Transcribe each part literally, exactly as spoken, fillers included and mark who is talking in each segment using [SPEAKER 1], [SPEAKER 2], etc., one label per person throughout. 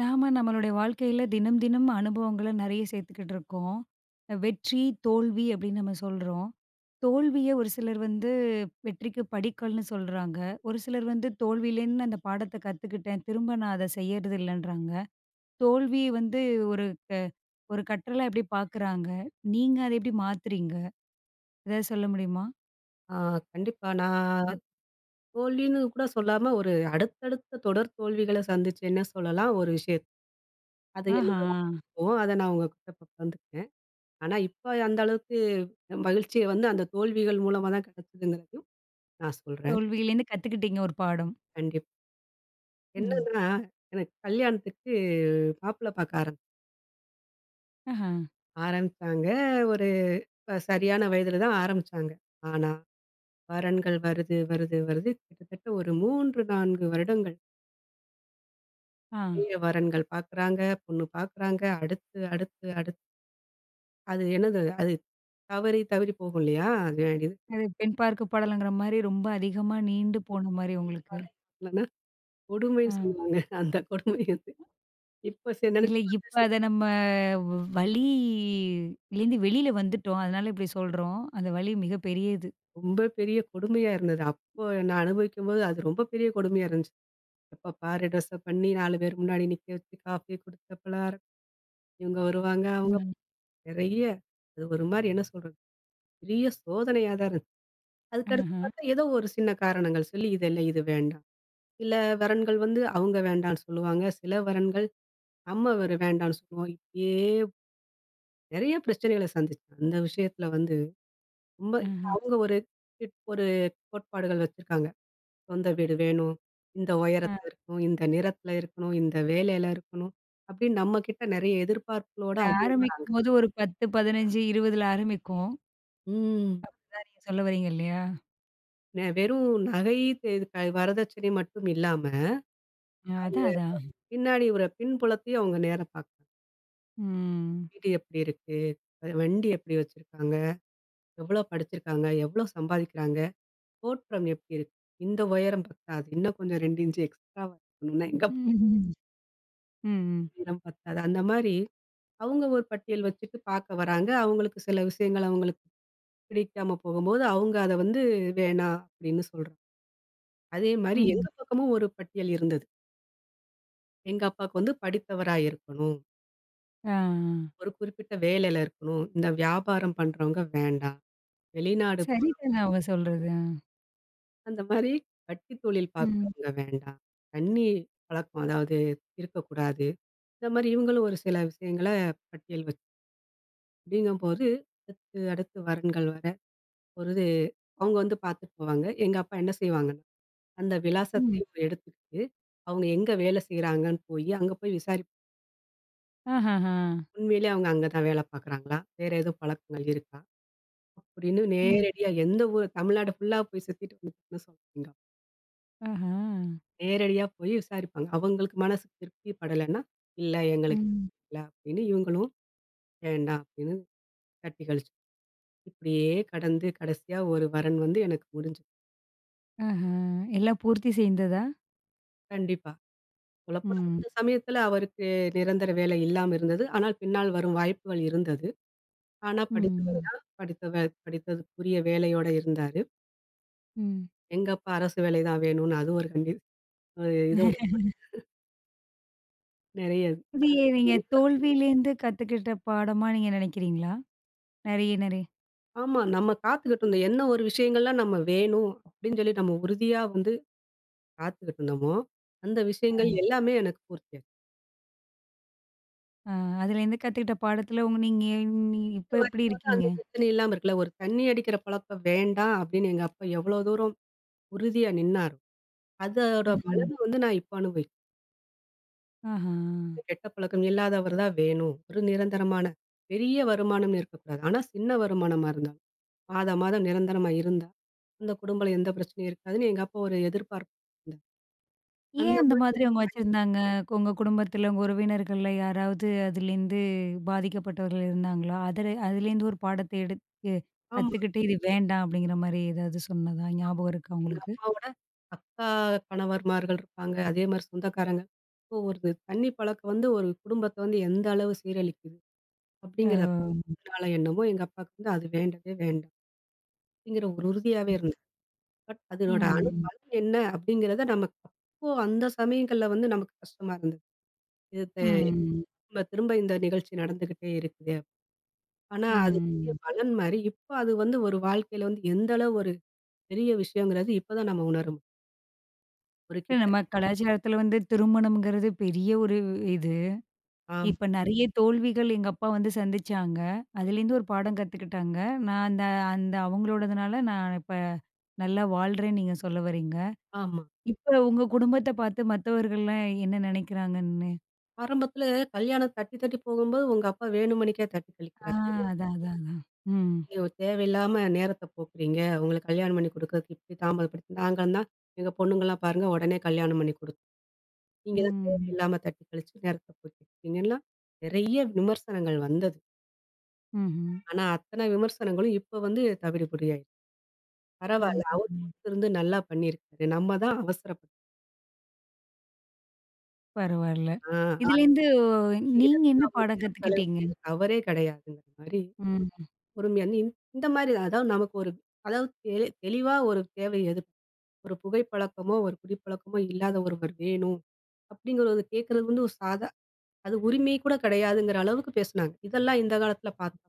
[SPEAKER 1] நாம நம்மளுடைய வாழ்க்கையில தினம் தினம் அனுபவங்கள நெறைய சேர்த்துக்கிட்டு இருக்கோம். வெற்றி, தோல்வி அப்படின்னு நம்ம சொல்றோம். தோல்விய ஒரு சிலர் வந்து வெற்றிக்கு படிக்கல்ன்னு சொல்றாங்க. ஒரு சிலர் வந்து தோல்வியிலேருந்து அந்த பாடத்த கத்துக்கிட்டேன். திரும்ப நான் அத செய்யறது இல்லன்றாங்க. தோல்வி வந்து ஒரு க ஒரு கற்றலா எப்படி பார்க்குறாங்க? நீங்க அத எப்படி மாத்துறீங்க? ஏதாவது சொல்ல முடியுமா?
[SPEAKER 2] ஆ கண்டிப்பா. நான்
[SPEAKER 1] இந்த
[SPEAKER 2] தோல்வின்னு கூட சொல்லாம, ஒரு அடுத்தடுத்த தொடர் தோல்விகள சந்திச்சேன்னே சொல்லலாம் ஒரு விஷயத்த. அது
[SPEAKER 1] ஆஹா!
[SPEAKER 2] என்னோட அனுபவம். அத நான் உங்ககிட்ட இப்ப பகிர்ந்துக்கிறேன். ஆனா, இப்ப அந்த அளவுக்கு மகிழ்ச்சிய வந்து அந்த தோல்விகள் மூலமா தான் கிடைச்சதுங்கிறதையும் நான் சொல்றேன்.
[SPEAKER 1] தோல்வியிலேருந்து கத்துக்கிட்டீங்க ஒரு பாடம்.
[SPEAKER 2] கண்டிப்பா.
[SPEAKER 1] ம்.
[SPEAKER 2] என்னன்னா, எனக்கு கல்யாணத்துக்கு மாப்பிள பார்க்க ஆரம்
[SPEAKER 1] ஆஹா.
[SPEAKER 2] ஆரம்பிச்சாங்க. ஒரு இப்ப சரியான வயதில தான் ஆரம்பிச்சாங்க. ஆனா, வரன்கள் வருது, வருது, வருது கிட்டத்தட்ட ஒரு மூன்று, நான்கு வருடங்கள்.
[SPEAKER 1] ஆ.
[SPEAKER 2] நிறைய வரன்கள் பார்க்குறாங்க, பொண்ணு பார்க்குறாங்க. அடுத்து, அடுத்து, அடுத்து அது என்னது அது தவறி தவறி போகும் இல்லையா? அது இதுவா
[SPEAKER 1] அது பெண் பார்க்க பாடல்ங்கிற மாரி ரொம்ப அதிகமா நீண்டு போன மாரி உங்களுக்கு.
[SPEAKER 2] இல்லன்னா
[SPEAKER 1] ஆ.
[SPEAKER 2] கொடுமைன்னு சொல்லுவாங்க. அந்த கொடுமை வந்து இப்ப சே
[SPEAKER 1] இல்ல
[SPEAKER 2] நினைச்சு பார்த்தா
[SPEAKER 1] இப்ப
[SPEAKER 2] சரி
[SPEAKER 1] அத நம்ம வ் வலி லேருந்து வெளில வந்துட்டோம். அதனால இப்டி சொல்றோம். அந்த வலி மிக பெரியது.
[SPEAKER 2] ரொம்ப பெரிய கொடுமையா இருந்தது. அப்போ நான் அனுபவிக்கும்போது அது ரொம்ப பெரிய கொடுமையா இருந்துச்சு. எப்ப பாரு ட்ரெஸ்ஸ பண்ணி நாலு பேர் முன்னாடி நிக்க வச்சு காஃபி குடுத்த பலகாரம், இவங்க வருவாங்க, அவங்க
[SPEAKER 1] ம்.
[SPEAKER 2] நிறைய அது ஒரு மாரி என்ன சொல்றது? பெரிய சோதனையா தான் இருந்துச்சு. அதுக்கடுத்து
[SPEAKER 1] ஆஹ.
[SPEAKER 2] பார்த்தா ஏதோ ஒரு சின்ன காரணங்கள் சொல்லி இது இல்ல, இது வேண்டாம். சில வரன்கள் வந்து அவங்க வேண்டான்னு சொல்லுவாங்க. சில வரன்கள் நம்ம ஒரு வேண்டான்னு சொல்லுவோம். இப்படியே நெறைய பிரச்சனைகள சந்திச்சேன். அந்த விஷயத்துல வந்து ரொம்ப
[SPEAKER 1] ஆஹ.
[SPEAKER 2] அவங்க ஒரு இட் ஒரு கோட்பாடுகள் வச்சிருக்காங்க. சொந்த வீடு வேணும். இந்த
[SPEAKER 1] அ
[SPEAKER 2] உயரத்துல இருக்கணும். இந்த நிறத்துல இருக்கணும். இந்த வேலையில இருக்கணும். அப்படின்னு நம்மகிட்ட நெறைய எதிர்பார்ப்புகளோட
[SPEAKER 1] அது
[SPEAKER 2] அது
[SPEAKER 1] ஆரம்பிக்கும்போது ஒரு பத்து, பதினைந்து, இருபதுல ஆரம்பிக்கும்.
[SPEAKER 2] ம்.
[SPEAKER 1] அதான் நீங்க சொல்ல வரீங்க இல்லையா?
[SPEAKER 2] நெ வெறும் நகை தெ க வரதட்சணை மட்டும் இல்லாம,
[SPEAKER 1] அ
[SPEAKER 2] அவங்க
[SPEAKER 1] அதான், அதான்.
[SPEAKER 2] பின்னாடி ஒரு பின்புலத்தையும் அவங்க நேர பார்க்குறாங்க.
[SPEAKER 1] ம்.
[SPEAKER 2] வீடு எப்படி இருக்கு? வண்டி எப்படி வச்சிருக்காங்க? எவ்வளோ படிச்சிருக்காங்க? எவ்வளோ சம்பாதிக்கிறாங்க? தோற்றம் எப்படி இருக்கு? இந்த உயரம் பத்தாது. இன்னும் கொஞ்சம் ரெண்டு இன்ச் எக்ஸ்ட்ராவா இருக்கணும்னா, எங்க போனாலும்
[SPEAKER 1] ம். ம்.
[SPEAKER 2] உயரம் பத்தாது. அந்த மாரி அவங்க ஒரு பட்டியல் வச்சுட்டு பார்க்க வராங்க. அவங்களுக்கு சில விஷயங்கள் அவங்களுக்கு பிடிக்காம போகும்போது, அவங்க அத வந்து வேணாம் அப்படின்னு சொல்றாங்க. அதே மாரி
[SPEAKER 1] ம்.
[SPEAKER 2] எங்க பக்கமும் ஒரு பட்டியல் இருந்தது. எங்க அப்பாவுக்கு வந்து படித்தவரா இருக்கணும்.
[SPEAKER 1] ஆ.
[SPEAKER 2] ஒரு குறிப்பிட்ட வேலையில இருக்கணும். இந்த வியாபாரம் பண்றவங்க வேண்டாம். வெளிநாடு போறவங்க
[SPEAKER 1] சரிதானே அவங்க சொல்றது. ஆ.
[SPEAKER 2] அந்த மாரி வட்டி தொழில்
[SPEAKER 1] ம்.
[SPEAKER 2] பார்க்குறவங்க வேண்டாம். தண்ணி பழக்கம் அதாவது இருக்கக்கூடாது. இந்த மாரி இவங்களும் ஒரு சில விஷயங்கள பட்டியல் வச்சு அப்படிங்கும்போது, அடுத்து, அடுத்து வரன்கள் வர பொழுது அவங்க வந்து பார்த்துட்டு போவாங்க. எங்க அப்பா என்ன செய்வாங்கன்னா, அந்த
[SPEAKER 1] ம்.
[SPEAKER 2] விலாசத்தையும் எடுத்துக்கிட்டு, அவங்க எங்க வேலை செய்றாங்கன்னு போயி, அங்க போய் விசாரிப்
[SPEAKER 1] ஆஹஹா.
[SPEAKER 2] உண்மையிலே அவங்க அங்க தான் வேலை பார்க்குறாங்களா? வேற எதுவும் பழக்கங்கள் இருக்கா? அப்படின்னு
[SPEAKER 1] ம்.
[SPEAKER 2] நேரடியா எந்த ஊர் தமிழ்நாடு ஃபுல்லா போய் சுத்திட்டு வந்துட்டேன்னு சொல்றீங்க.
[SPEAKER 1] ஆஹா.
[SPEAKER 2] நேரடியா போய் விசாரிப்பாங்க. அவங்களுக்கு மனசு திருப்தி படலன்னா, "இல்ல எங்களுக்கு
[SPEAKER 1] ம்.
[SPEAKER 2] இல்ல" அப்படின்னு இவங்களும் வேண்டாம் அப்படின்னு தட்டி கழிச்சு. இப்படியே கடந்து கடைசியா ஒரு வரன் வந்து எனக்கு முடிஞ்சது.
[SPEAKER 1] ஆஹா! எல்லாம் பூர்த்தி செய்ந்ததா?
[SPEAKER 2] கண்டிப்பா. சொல்லப்போனா
[SPEAKER 1] ம்.
[SPEAKER 2] அந்த சமயத்துல அவருக்கு நிரந்தர வேலை இல்லாம இருந்தது. ஆனால் பின்னால் வரும் வாய்ப்புகள் இருந்தது. ஆனா படித்தவர்
[SPEAKER 1] ம்.
[SPEAKER 2] தான் படித்தவ படித்ததுக்குரிய வேலையோட இருந்தாரு.
[SPEAKER 1] ம்.
[SPEAKER 2] எங்க அப்பா அரசு வேலை தான் வேணும்னு அது ஒரு கண்டி அ இதோட நெறைய
[SPEAKER 1] இது நீங்க தோல்வியிலேருந்து கத்துக்கிட்ட பாடமா நீங்க நினைக்கிறீங்களா? நெறைய நெறைய
[SPEAKER 2] ஆமா. நம்ம காத்துக்கிட்டு இருந்தோம். என்ன ஒரு விஷயங்கள்லாம் நம்ம வேணும் அப்படின்னு சொல்லி நம்ம உறுதியா வந்து பார்த்துக்கிட்டு இருந்தோமோ, அந்த விஷயங்கள் எல்லாமே எனக்கு பூர்த்தியாச்சு.
[SPEAKER 1] ஆ அதுலேருந்து கத்துக்கிட்ட பாடத்துல உங்க நீங்க நீ இப்ப
[SPEAKER 2] இது
[SPEAKER 1] எப்படி
[SPEAKER 2] வரைக்கும் வந்து
[SPEAKER 1] இருக்கீங்க?
[SPEAKER 2] அந்த பிரச்சனை இல்லாம இருக்குல்ல. ஒரு தண்ணி அடிக்கிற பழக்கம் வேண்டாம் அப்படின்னு எங்க அப்பா எவ்வளோ தூரம் உறுதியா நின்னாரோ, அதோட
[SPEAKER 1] ம்.
[SPEAKER 2] பலன வந்து நான் இப்ப அனுபவிக்கிறேன்.
[SPEAKER 1] ஆஹா!
[SPEAKER 2] கெட்ட பழக்கம் இல்லாதவர் தான் வேணும். ஒரு நிரந்தரமான பெரிய வருமானம்னு இருக்கக்கூடாது. ஆனா சின்ன வருமானமா இருந்தாலும், மாதா மாதம் நிரந்தரமா இருந்தா, அந்த குடும்பல எந்த பிரச்சனையும் இருக்காதுன்னு எங்க அப்பா ஒரு எதிர்பார்ப்பு இருந்தார்.
[SPEAKER 1] ஏன்
[SPEAKER 2] அந்த
[SPEAKER 1] அந்த
[SPEAKER 2] மாதிரி
[SPEAKER 1] மாதிரி அவங்க வச்சிருந்தாங்க? உங்க குடும்பத்துல, உங்க உறவினர்கள்ல யாராவது அதுலேருந்து பாதிக்கப்பட்டவர்கள் இருந்தாங்களா? அதுல அதுலேருந்து ஒரு பாடத்த எடுத்து
[SPEAKER 2] ஆமா.
[SPEAKER 1] கத்துக்கிட்டு இது வேண்டாம் அப்படிங்கிற மாரி ஏதாவது சொன்னதா ஞாபகம் இருக்கா
[SPEAKER 2] எங்க
[SPEAKER 1] உங்களுக்கு?
[SPEAKER 2] அப்பாவோட அக்கா கணவர்மார்கள் இருப்பாங்க. அதே மாரி சொந்தக்காரங்க இப்போ ஒரு தண்ணி பழக்கம் வந்து ஒரு குடும்பத்த வந்து எந்த அளவு சீரழிக்குது
[SPEAKER 1] ஆ.
[SPEAKER 2] அப்படிங்கிறத அதனால என்னமோ எங்க அப்பாவுக்கு வந்து அது வேண்டவே வேண்டாம் அப்படிங்கிற ஒரு உறுதியாவே இருந்தது. பட் அதனோட அணு
[SPEAKER 1] ம்.
[SPEAKER 2] பலன் என்ன அப்படிங்கிறத நமக்கு அப்போ அந்த சமயங்கள்ல வந்து நமக்கு கஷ்டமா இருந்தது. இது
[SPEAKER 1] ம்.
[SPEAKER 2] திரும்ப திரும்ப இந்த நிகழ்ச்சி நடந்துகிட்டே இருக்குது. ஆனா அது பெரிய
[SPEAKER 1] ம்.
[SPEAKER 2] பலன் மாரி இப்போ அது வந்து ஒரு வாழ்க்கையில வந்து எந்த அளவு ஒரு பெரிய விஷயங்கிறது இப்பதான் நம்ம உணரும் ஒரு
[SPEAKER 1] இல்ல,
[SPEAKER 2] கிட்ட.
[SPEAKER 1] நம்ம கலாச்சாரத்துல வந்து திருமணம்ங்கிறது பெரிய ஒரு இது.
[SPEAKER 2] ஆமா,
[SPEAKER 1] இப்ப நெறைய தோல்விகள் எங்க அப்பா வந்து சந்திச்சாங்க. அதுலேருந்து ஒரு பாடம் கத்துக்கிட்டாங்க. நான் அந்த அந்த அவங்களோடதுனால நான் இப்ப நல்லா வாழ்றேன்னு நீங்க சொல்ல வர்றீங்க.
[SPEAKER 2] ஆமா.
[SPEAKER 1] இப்ப உங்க குடும்பத்த பார்த்து மத்தவர்கள்லாம் என்ன நெனைக்கிறாங்கன்னு?
[SPEAKER 2] ஆரம்பத்துல கல்யாணம் தட்டி தட்டி போகும்போது உங்க அப்பா வேணுமனிக்கே தட்டி
[SPEAKER 1] ஆ
[SPEAKER 2] கழிக்கிறாரு.
[SPEAKER 1] அதான், அதான், அதான். ம்.
[SPEAKER 2] நீங்க தேவையில்லாம நேரத்த போக்குறீங்க. உங்களுக்கு கல்யாணம் பண்ணி குடுக்கறதுக்கு இப்படி தாமதப்படுத்தி நாங்கன்னா எங்க பொண்ணுங்கலாம் பாருங்க உடனே கல்யாணம் பண்ணி குடுத்து. நீங்க தான்
[SPEAKER 1] ம்.
[SPEAKER 2] தேவையில்லாம தட்டி கழிச்சு நேரத்த போக்கிருக்கீங்கலாம் நெறைய விமர்சனங்கள் வந்தது.
[SPEAKER 1] ம்ஹ்ம்.
[SPEAKER 2] ஆனா அத்தன விமர்சனங்களும் இப்ப வந்து தவிடு பொடியாயிடுச்சு.
[SPEAKER 1] ம்.
[SPEAKER 2] பரவால்ல. அவர்
[SPEAKER 1] ம்.
[SPEAKER 2] பொறுத்திருந்து நல்லா பண்ணியிருக்காரு. நம்ம தான் அவசரப்பட்டோம்.
[SPEAKER 1] பரவால்ல.
[SPEAKER 2] ஆ ஆட்சி
[SPEAKER 1] இதுலேருந்து நீங்க
[SPEAKER 2] செய்றதுக்கு
[SPEAKER 1] என்ன
[SPEAKER 2] அவங்க
[SPEAKER 1] பாடம்
[SPEAKER 2] நேரம்
[SPEAKER 1] கத்துக்கிட்டீங்க?
[SPEAKER 2] செலவிட்டது தவறே கிடையாதுங்கிற மாரி
[SPEAKER 1] ம்.
[SPEAKER 2] பொறுமையா இந் இந்த மாரி அதாவது நமக்கு ஒரு அதாவது தெளி தெளிவா ஒரு தேவை எது ஒரு புகைப்பழக்கமோ, ஒரு குடிப்பழக்கமோ இல்லாத ஒருவர் வேணும். அப்படிங்கிறது கேட்கிறது வந்து ஒரு சாதா அது உரிமை கூட கிடையாதுங்கிற அளவுக்கு பேசுனாங்க. இதெல்லாம் இந்த காலத்துல பார்த்தா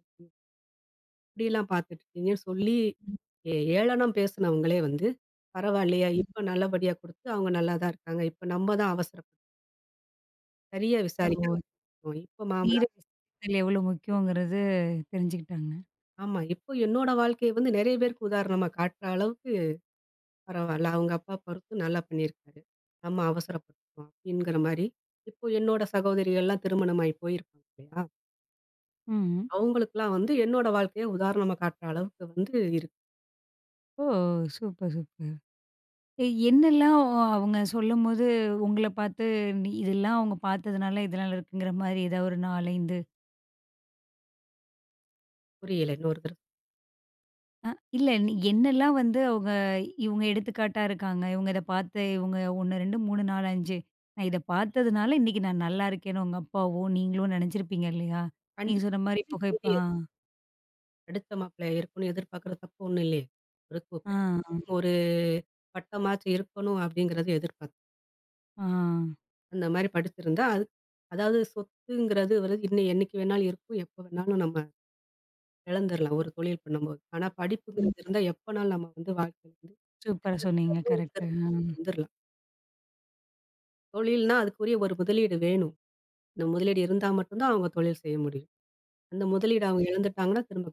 [SPEAKER 2] இப்படியெல்லாம் பார்த்துட்டுருக்கீங்கன்னு சொல்லி ஏ ஏளனம் பேசுனவங்களே வந்து, பரவாயில்லையா
[SPEAKER 1] ம்.
[SPEAKER 2] இப்ப நல்லபடியா குடுத்து அவங்க நல்லா தான் இருக்காங்க. இப்ப நம்ம தான் அவசரப்பட்டோம். சரியா
[SPEAKER 1] ஓ!
[SPEAKER 2] விசாரிக்காம விட்டுட்டோம். இப்ப
[SPEAKER 1] தீர
[SPEAKER 2] மாமனார்
[SPEAKER 1] எவ்வளோ முக்கியங்கிறது தெரிஞ்சுக்கிட்டாங்க.
[SPEAKER 2] ஆமா. இப்போ என்னோட வாழ்க்கைய வந்து நெறைய பேருக்கு உதாரணமா காட்டுற அளவுக்கு பரவால்ல. அவங்க அப்பா பொறுத்து நல்லா பண்ணியிருக்காரு. நம்ம அவசரப்பட்டுட்டோம் அப்படிங்கிற மாரி, இப்போ என்னோட சகோதரிகள்லாம் திருமணமாயி போயிருக்காங்க இல்லையா?
[SPEAKER 1] ம்.
[SPEAKER 2] அவங்களுக்கெல்லாம் வந்து என்னோட வாழ்க்கைய உதாரணமா காட்டுற அளவுக்கு வந்து இருக்கு.
[SPEAKER 1] ஓ! Super, super. எ என்னெல்லாம் அவங்க சொல்லும்போது உங்கள பார்த்து நீ இதெல்லாம் அவங்க பார்த்ததுனால இதெல்லாம் இருக்குங்கிற மாரி ஏதாவது ஒரு நான்கு, ஐந்து
[SPEAKER 2] புரியல இன்னொரு தடவ.
[SPEAKER 1] அ இல்ல என்னெல்லாம் வந்து அவங்க இவங்க எடுத்துக்காட்டா இருக்காங்க. இவங்க இத பார்த்து இவங்க ஒன்று, ரெண்டு, மூன்று, நாலு, அஞ்சு நான் இத பார்த்ததுனால இன்னைக்கு நான் நல்லா இருக்கேன்னு உங்க அப்பாவோ, நீங்களும் நினைச்சிருப்பீங்க இல்லையா? நீங்க
[SPEAKER 2] கண்டிப்பா.
[SPEAKER 1] சொன்ன மாரி
[SPEAKER 2] தள்ளி
[SPEAKER 1] புகைப்ப
[SPEAKER 2] தள்ளி எதிர் படிச்ச மாப்பிள்ளையா இருக்கணும்னு எதிர்பார்க்குற தப்பு ஒண்ணும் இல்லையே. ஒரு கு
[SPEAKER 1] ஆ, ஆ,
[SPEAKER 2] குறைந்தபட்சம் ஒரு பட்டமாச்சும் இருக்கணும் அப்படிங்கிறது எதிர்பார்ப்பு.
[SPEAKER 1] ஆ.
[SPEAKER 2] அந்த மாரி படிச்சிருந்தா அது அதாவது சொத்துங்கிறது வந்து இன்னும் என்னைக்கு வேணாலும் இருக்கும். எப்ப வேணாலும் நம்ம இழந்துரலாம் ஒரு தொழில் பண்ணும்போது. ஆனா
[SPEAKER 1] ம்.
[SPEAKER 2] படிப்புங்கிறது இருந்தா எப்பனாலும் நம்ம வந்து வாழ்க்கையில வந்து
[SPEAKER 1] சூப்பரா
[SPEAKER 2] எந்த இடத்துல
[SPEAKER 1] சொன்னீங்க.
[SPEAKER 2] இருந்தும்
[SPEAKER 1] கரெக்ட்டு.
[SPEAKER 2] திரும்ப
[SPEAKER 1] ம்.
[SPEAKER 2] வந்துரலாம். தொழில்னா அதுக்குரிய ஒரு முதலீடு வேணும். இந்த முதலீடு இருந்தா மட்டும் தான் அவங்க தொழில் செய்ய முடியும். அந்த முதலீடு அவங்க இழந்துட்டாங்கன்னா திரும்ப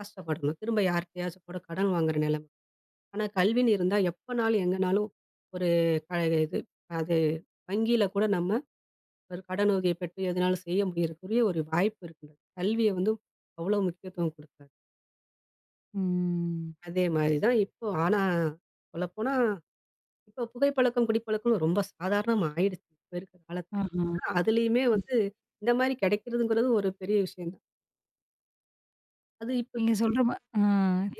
[SPEAKER 2] கஷ்டப்படணும். திரும்ப யார்ட்டயாச்சும் கூட கடன் வாங்குற நிலைமை. ஆனா கல்வின்னு இருந்தா எப்பனாலும் எங்கனாலும் ஒரு க இது அது வங்கியில கூட நம்ம ஒரு கடன் உதவிய பெற்று எதுனாலும் செய்ய முடியறக்குரிய ஒரு வாய்ப்பு இருக்குங்க. கல்விய வந்து அவ்வளோ முக்கியத்துவம் குடுத்தாரு.
[SPEAKER 1] ம்.
[SPEAKER 2] அதே மாரி தான் இப்போ ஆனா சொல்லப்போனா இப்ப புகைப்பழக்கம், குடிப்பழக்கம் ரொம்ப சாதாரணமா ஆயிடுச்சு. இப்ப இருக்கிற காலத்துல.
[SPEAKER 1] ஆஹா.
[SPEAKER 2] ஆனா, அதுலயுமே வந்து இந்த மாரி கிடைக்கிறதுங்கிறது ஒரு பெரிய விஷயம் தான். அது இப்ப
[SPEAKER 1] நீங்க சொல்ற மா ஆ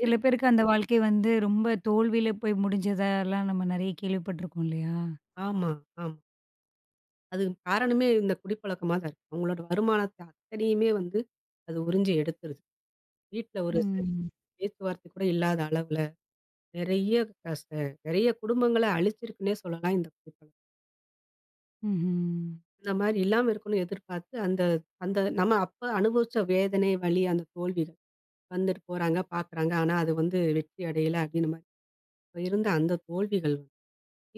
[SPEAKER 1] சில பேருக்கு அந்த வாழ்க்கை வந்து ரொம்ப தோல்வியில போய் முடிஞ்சதெல்லாம் நம்ம நெறைய கேள்விப்பட்டுருக்கோம் இல்லையா?
[SPEAKER 2] ஆமா, ஆமா. அதுக்கு காரணமே இந்த குடிப்பழக்கமா தான் இருக்கு. அவங்களோட வருமானத்த அத்தனையுமே வந்து அது உறிஞ்சு எடுத்துருது. வீட்ல ஒரு சரி
[SPEAKER 1] ம்.
[SPEAKER 2] பேச்சுவார்த்தை கூட இல்லாத அளவுல நிறைய கச நிறைய குடும்பங்கள அழிச்சிருக்குன்னே சொல்லலாம் இந்த குடிப்பழக்கம்.
[SPEAKER 1] ம்ஹ்ம்.
[SPEAKER 2] இந்த மாரி இல்லாம இருக்கணும்னு எதிர்பார்த்து அந்த அந்த நம்ம அப்ப அனுபவிச்ச வேதனை, வலி, அந்த தோல்வி வந்துட்டு போறாங்க, பார்க்குறாங்க. ஆனா அது வந்து வெற்றி அடையல அப்டின்னு மாரி. அப்ப இருந்த அந்த தோல்விகள் வந்து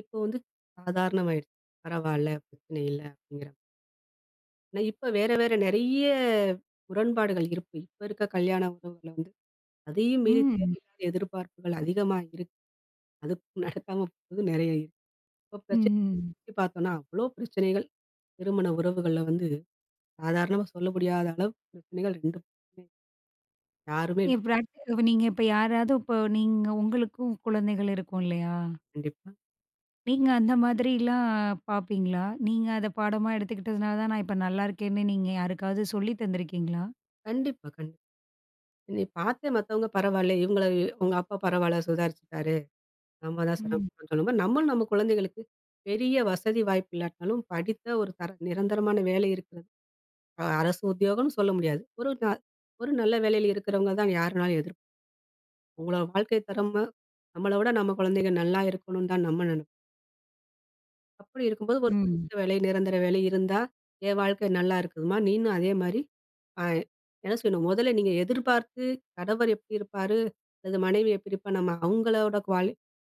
[SPEAKER 2] இப்போ வந்து சாதாரணமாயிடுச்சு. பரவால்ல, பிரச்சனை இல்ல அப்டிங்கிற ஆனா இப்ப வேற வேற நெறைய முரண்பாடுகள் இருக்கு. இப்ப இருக்க கல்யாண உறவுகள்ல வந்து அதையும் மீறி
[SPEAKER 1] ம்.
[SPEAKER 2] தேவையில்லாத எதிர்பார்ப்புகள் அதிகமா இருக்கு. அதுக்கும் நடக்காம போறது நெறைய இருக்கு. இப்ப பிரச்சனை
[SPEAKER 1] ம்.
[SPEAKER 2] பத்தி பார்த்தோம்னா, அவ்ளோ பிரச்சனைகள் திருமண உறவுகள்ல வந்து சாதாரணமா சொல்ல முடியாத அளவு பிரச்சனைகள் ரெண்டு யாருமே கண்டிப்பா.
[SPEAKER 1] என் பிராக்ட் நீங்க இப்ப யாராவது இப்போ நீங்க உங்களுக்கும் குழந்தைகள் இருக்கும் இல்லையா? நீங்க அந்த மாதிரிலாம் பார்ப்பீங்களா? நீங்க அத பாடமா எடுத்துக்கிட்டதுனால தான் நான் இப்ப நல்லா இருக்கேன்னு நீங்க யாருக்காவது சொல்லி தந்திருக்கீங்களா?
[SPEAKER 2] கண்டிப்பா, கண்டிப்பா. நீ பார்த்து மத்தவங்க பரவால்ல. இவங்கள உங்க அப்பா பரவால்ல சுதாரிச்சுட்டாரு. நம்ம தான்
[SPEAKER 1] ம்.
[SPEAKER 2] சிரமப்பட்டோம்னு சொல்லும்போது, நம்மளும் நம்ம குழந்தைகளுக்கு பெரிய வசதி வாய்ப்பு இல்லாட்டாலும், படித்த ஒரு தர நிரந்தரமான வேலை இருக்கிறது. அ அரசு உத்தியோகம்னு சொல்ல முடியாது. ஒரு ந ஒரு நல்ல வேலையில இருக்கிறவங்க தான் யாருனாலும் எதிர்பார்ப்போம். உங்களோட வாழ்க்கை தரமா நம்மள விட நம்ம குழந்தைங்க நல்லா இருக்கணும்னு தான் நம்ம நெனைப்போம். அப்படி இருக்கும்போது ஒரு
[SPEAKER 1] ம்.
[SPEAKER 2] படித்த வேலை, நிரந்தர வேலை இருந்தா, என் வாழ்க்கை நல்லா இருக்குதும்மா. நீனும் அதே மாரி அ என்ன சொல்லணும், முதல்ல நீங்க எதிர்பார்த்து கணவர் எப்படி இருப்பாரு, அல்லது மனைவி எப்படி இருப்பா, நம்ம அவங்களோட குவாலி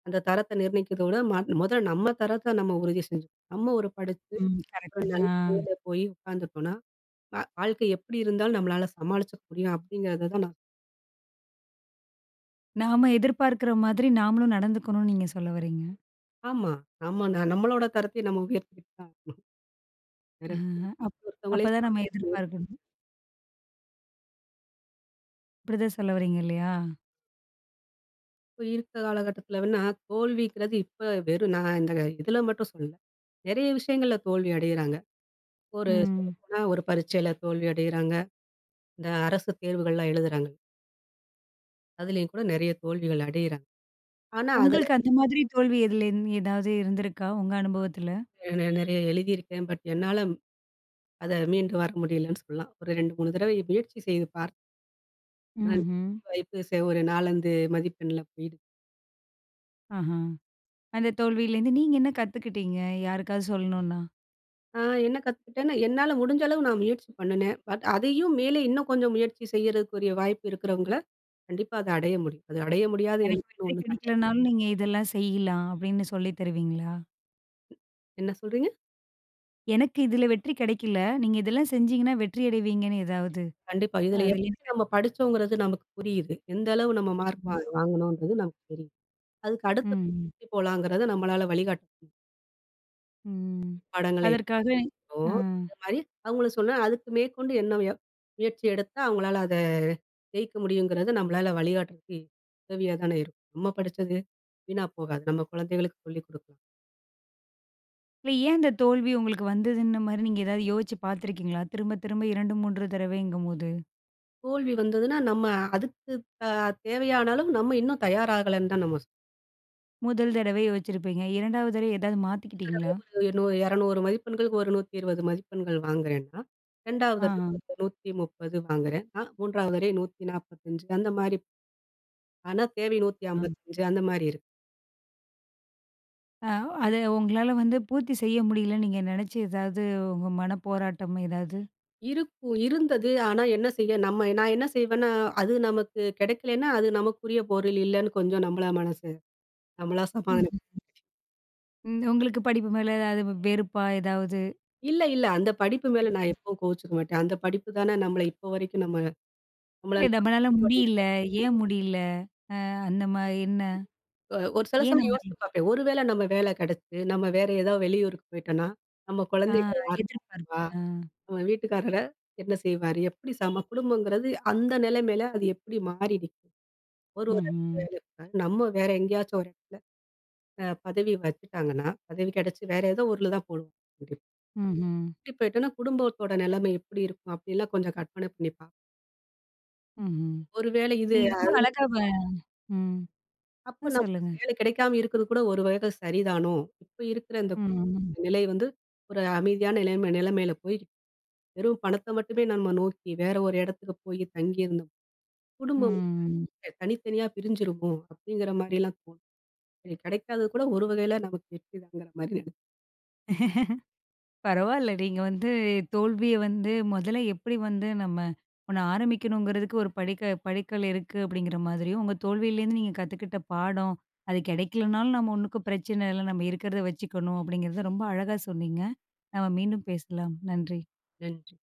[SPEAKER 2] அந்த தரத்த நிர்ணயிக்கிறத விட, ம முதல்ல நம்ம தரத்த நம்ம உறுதி செஞ்சுக்கணும். நம்ம ஒரு படிச்சு,
[SPEAKER 1] ம்.
[SPEAKER 2] ஒரு
[SPEAKER 1] கரெக்ட்டுங்க.
[SPEAKER 2] நல்ல வேலையில
[SPEAKER 1] ஆ.
[SPEAKER 2] போய் உட்காந்துட்டோம்னா, வா வாழ்க்கை எப்படி இருந்தாலும் நம்மளால சமாளிச்சுக்க முடியும் அப்படிங்கிறத தான் நான்
[SPEAKER 1] நாம எதிர்பார்க்கிற மாதிரி நாமளும் நடந்துக்கணும்னு நீங்க சொல்ல வர்றீங்க.
[SPEAKER 2] ஆமா. நம்ம ந- நம்மளோட தரத்தையும் நம்ம உயர்த்திக்கிட்டு தான் இருக்கணும். வேற
[SPEAKER 1] ஆ,
[SPEAKER 2] வழி இல்ல.
[SPEAKER 1] அப்
[SPEAKER 2] இன்னொருத்தவங்களையும்
[SPEAKER 1] அப்பதான் நம்ம
[SPEAKER 2] சார்ந்து நம்ம
[SPEAKER 1] எதிர்பார்க்கணும். இப்படிதான் சொல்ல வரீங்க இல்லையா?
[SPEAKER 2] இப்ப இருக்க காலகட்டத்துலன்னா, தோல்விங்கிறது இப்ப வெறும் நான் இந்த இதுல மட்டும் சொல்லல. நெறைய விஷயங்கள்ல தோல்வி அடையிறாங்க. ஒரு
[SPEAKER 1] ம்.
[SPEAKER 2] சொல்லப்போனா ஒரு பரீட்சையில தோல்வி அடையிறாங்க. இந்த அரசு தேர்வுகள்லாம் எழுதுறாங்க. அதுலயும் கூட நெறைய தோல்விகள் அடையிறாங்க. ஆனா, அதுல
[SPEAKER 1] உங்களுக்கு அந்த மாதிரி தோல்வி எதுலேருந்து ஏதாவது இருந்திருக்கா? உங்க அனுபவத்துல?
[SPEAKER 2] நெ நெறைய எழுதியிருக்கேன். பட் என்னால அத மீண்டு வர முடியலன்னு சொல்லலாம். ஒரு ரெண்டு, மூணு தடவை முயற்சி செய்து பார்த்தேன். ஆனா வெற்றி
[SPEAKER 1] ம்ஹ்ம்.
[SPEAKER 2] வாய்ப்பு சே ஒரு நான்கு, ஐந்து மதிப்பெண்ல போயிடுது.
[SPEAKER 1] ஆஹா. அந்த தோல்வியிலேருந்து நீங்க என்ன கத்துக்கிட்டீங்க? யாருக்காவது சொல்லணும்னா?
[SPEAKER 2] நான் என்ன கத்துக்கிட்டேன்னா, என்னால முடிஞ்ச அளவு நான் முயற்சி பண்ணுனேன். பட் அதையும் மேலே இன்னும் கொஞ்சம் முயற்சி செய்யறதுக்குரிய வாய்ப்பு இருக்கிறவங்கள கண்டிப்பா அத அடைய முடியும். அது அடைய முடியாத
[SPEAKER 1] எனக்கு
[SPEAKER 2] இலக்குன்னு
[SPEAKER 1] வெற்றி
[SPEAKER 2] ஒண்ணு கிடையாது.
[SPEAKER 1] கிடைக்கலனாலும் நீங்க இதெல்லாம் செய்யலாம் அப்படின்னு சொல்லி தருவீங்களா?
[SPEAKER 2] என்ன சொல்றீங்க?
[SPEAKER 1] எனக்கு இதுல வெற்றி கிடைக்கல. நீங்க இதெல்லாம் செஞ்சீங்கன்னா வெற்றி அடைவீங்கன்னு ஏதாவது?
[SPEAKER 2] கண்டிப்பா. இதுல எப்படி
[SPEAKER 1] அதுலேருந்து
[SPEAKER 2] நம்ம படிச்சோங்கிறது நமக்கு புரியுது. எந்த அளவு நம்ம மார்க் வா
[SPEAKER 1] கத்துக்கிட்டீங்க.
[SPEAKER 2] வாங்கணும்ன்றது நமக்கு தெரியும். அதுக்கு அடுத்த
[SPEAKER 1] ம்.
[SPEAKER 2] எப்படி போலாங்கிறத நம்மளால வழிகாட்ட முடியும்.
[SPEAKER 1] ம்.
[SPEAKER 2] பாடங்களை
[SPEAKER 1] அதற்காக அ.
[SPEAKER 2] எப்படியும் அதே மாரி அவங்களும் சொன்னா, அதுக்கு மேற்கொண்டு என்ன எ முயற்சி எடுத்தா அவங்களால அத ஜெயிக்க முடியுங்கிறத நம்மளால வழிகாட்டுறதுக்கு உதவியா தானே இருக்கும். நம்ம படிச்சது வீணா போகாது. நம்ம குழந்தைகளுக்கு சொல்லிக் குடுக்கலாம்.
[SPEAKER 1] இல்ல ஏன் அந்த தோல்வி உங்களுக்கு வந்ததுன்ன மாரி நீங்க ஏதாவது யோசிச்சு பார்த்துருக்கீங்களா? திரும்ப திரும்ப இரண்டு, மூன்று தடவைங்கும்போது,
[SPEAKER 2] தோல்வி வந்ததுன்னா, நம்ம அதுக்கு அ தேவையான அளவு நம்ம இன்னும் தயாராகலன்னு தான் நம்ம
[SPEAKER 1] முதல் தடவை யோசிச்சிருப்பீங்க. இரண்டாவது தடவை ஏதாவது
[SPEAKER 2] தடவை
[SPEAKER 1] மாத்திக்கிட்டீங்களா?
[SPEAKER 2] ஒரு நூ இருநூறு மதிப்பெண்களுக்கு ஒரு நூற்று இருபது மதிப்பெண்கள் வாங்குறேன்னா, இரண்டாவது
[SPEAKER 1] ஆ, ஆ,
[SPEAKER 2] தடவை ஒரு நூற்று முப்பது வாங்குறேன். அ மூன்றாவது தடவை நூற்று நாற்பத்தி ஐந்து அந்த மாரி பண தேவை
[SPEAKER 1] ஆ.
[SPEAKER 2] நூற்று ஐம்பத்தி ஐந்து அந்த மாரி இருக்கு.
[SPEAKER 1] அ அத உங்களால வந்து பூர்த்தி செய்ய முடியலன்னு நீங்க நெனச்சு ஏதாவது உங்க மனப்போராட்டம் ஏதாவது?
[SPEAKER 2] இருக்கும் இருந்தது. ஆனா என்ன செய்ய நம்ம நான் என்ன செய்வேன்னா, அது நமக்கு கிடைக்கலன்னா, அது நமக்குரிய பொருள் இல்லன்னு கொஞ்சம் நம்மளா மனசு நம்மளா சமாதானம்
[SPEAKER 1] ம்ஹ்ம். ம். உங்களுக்கு படிப்பு மேல ஏதாவது வெறுப்பா ஏதாவது?
[SPEAKER 2] இல்ல, இல்ல அந்த படிப்பு மேல நான் எப்பவும் கோவிச்சுக்க மாட்டேன். அந்த படிப்பு தானே நம்மள இப்போ வரைக்கும் நம்ம நம்மள
[SPEAKER 1] ஏ நம்மளால முடியல, ஏன் முடியல? அந்த மாரி என்ன?
[SPEAKER 2] அ ஒரு சில
[SPEAKER 1] ஏன்
[SPEAKER 2] சமயம்
[SPEAKER 1] நம்மளால
[SPEAKER 2] யோசிச்சு பார்ப்பேன். ஒருவேளை நம்ம வேலை கிடைச்சு, நம்ம வேற ஏதாவது வெளியூருக்கு போயிட்டோம்னா, நம்ம
[SPEAKER 1] ஆ
[SPEAKER 2] குழந்தைகள யார்
[SPEAKER 1] எதிர்பார்ப்பு.
[SPEAKER 2] பார்த்துப்பா?
[SPEAKER 1] ஆ.
[SPEAKER 2] நம்ம வீட்டுக்காரர் என்ன செய்வாரு? எப்படி சம குடும்பங்கிறது அந்த நிலைமையில அது எப்படி மாறி நிக்கும்? ஒரு ஒரு இடத்துல
[SPEAKER 1] ம்ஹ்ம்.
[SPEAKER 2] வேலை இருக்காது. நம்ம வேற எங்கேயாச்சும் ஒரு இடத்துல அ பதவி வச்சுட்டாங்கன்னா, பதவி கிடைச்சு வேற ஏதோ ஊர்ல தான் போடுவாங்க.
[SPEAKER 1] ம்ஹ்ம்.
[SPEAKER 2] இப்படி போயிட்டோம்னா குடும்பத்தோட நிலைமை எப்படி இருக்கும்? அப்படிலாம் கொஞ்சம் கற்பனை பண்ணி பார்ப்பேன்.
[SPEAKER 1] ம்ஹ்ம்.
[SPEAKER 2] ஒருவேளை இது
[SPEAKER 1] நீங்க ரொம்ப அழகா வ ம். ஆ
[SPEAKER 2] அப்ப நமக்கு
[SPEAKER 1] சொல்லுங்க.
[SPEAKER 2] வேலை கிடைக்காம இருக்கிறது கூட ஒரு வகை சரிதானோ! இப்ப இருக்கிற இந்த
[SPEAKER 1] ம்.
[SPEAKER 2] பொருளாதார நிலை வந்து ஒரு அமைதியான நிலைமை நிலைமையில போய் வெறும் பணத்த மட்டுமே நம்ம நோக்கி வேற ஒரு இடத்துக்கு போய் தங்கி இருந்தோம். குடும்பம் வந்து
[SPEAKER 1] ம்.
[SPEAKER 2] தனி- தனித்தனியா பிரிஞ்சிருமோ! அப்பிடிங்கிற மாரிலாம் தோணும். இது கிடைக்காதது கூட ஒரு வகையில நமக்கு வெற்றி தாங்கிற மாரி நெனைக்கிறேன்.
[SPEAKER 1] பரவால்ல. நீங்க வந்து தோல்விய வந்து முதல்ல எப்படி வந்து நம்ம ஒண்ணு ஆரம்பிக்கணுங்கிறதுக்கு ஒரு படிக்க படிக்கல் இருக்கு அப்படிங்கிற மாதிரியும், உங்க தோல்வியிலேருந்து நீங்க கத்துக்கிட்ட பாடம், அது கிடைக்கலனாலும் நம்ம ஒண்ணுக்கும் பிரச்சனை இல்ல. நம்ம இருக்கிறத வச்சுக்கணும் அப்படிங்கிறத ரொம்ப அழகா சொன்னீங்க. நம்ம மீண்டும் பேசலாம். நன்றி.
[SPEAKER 2] நன்றி.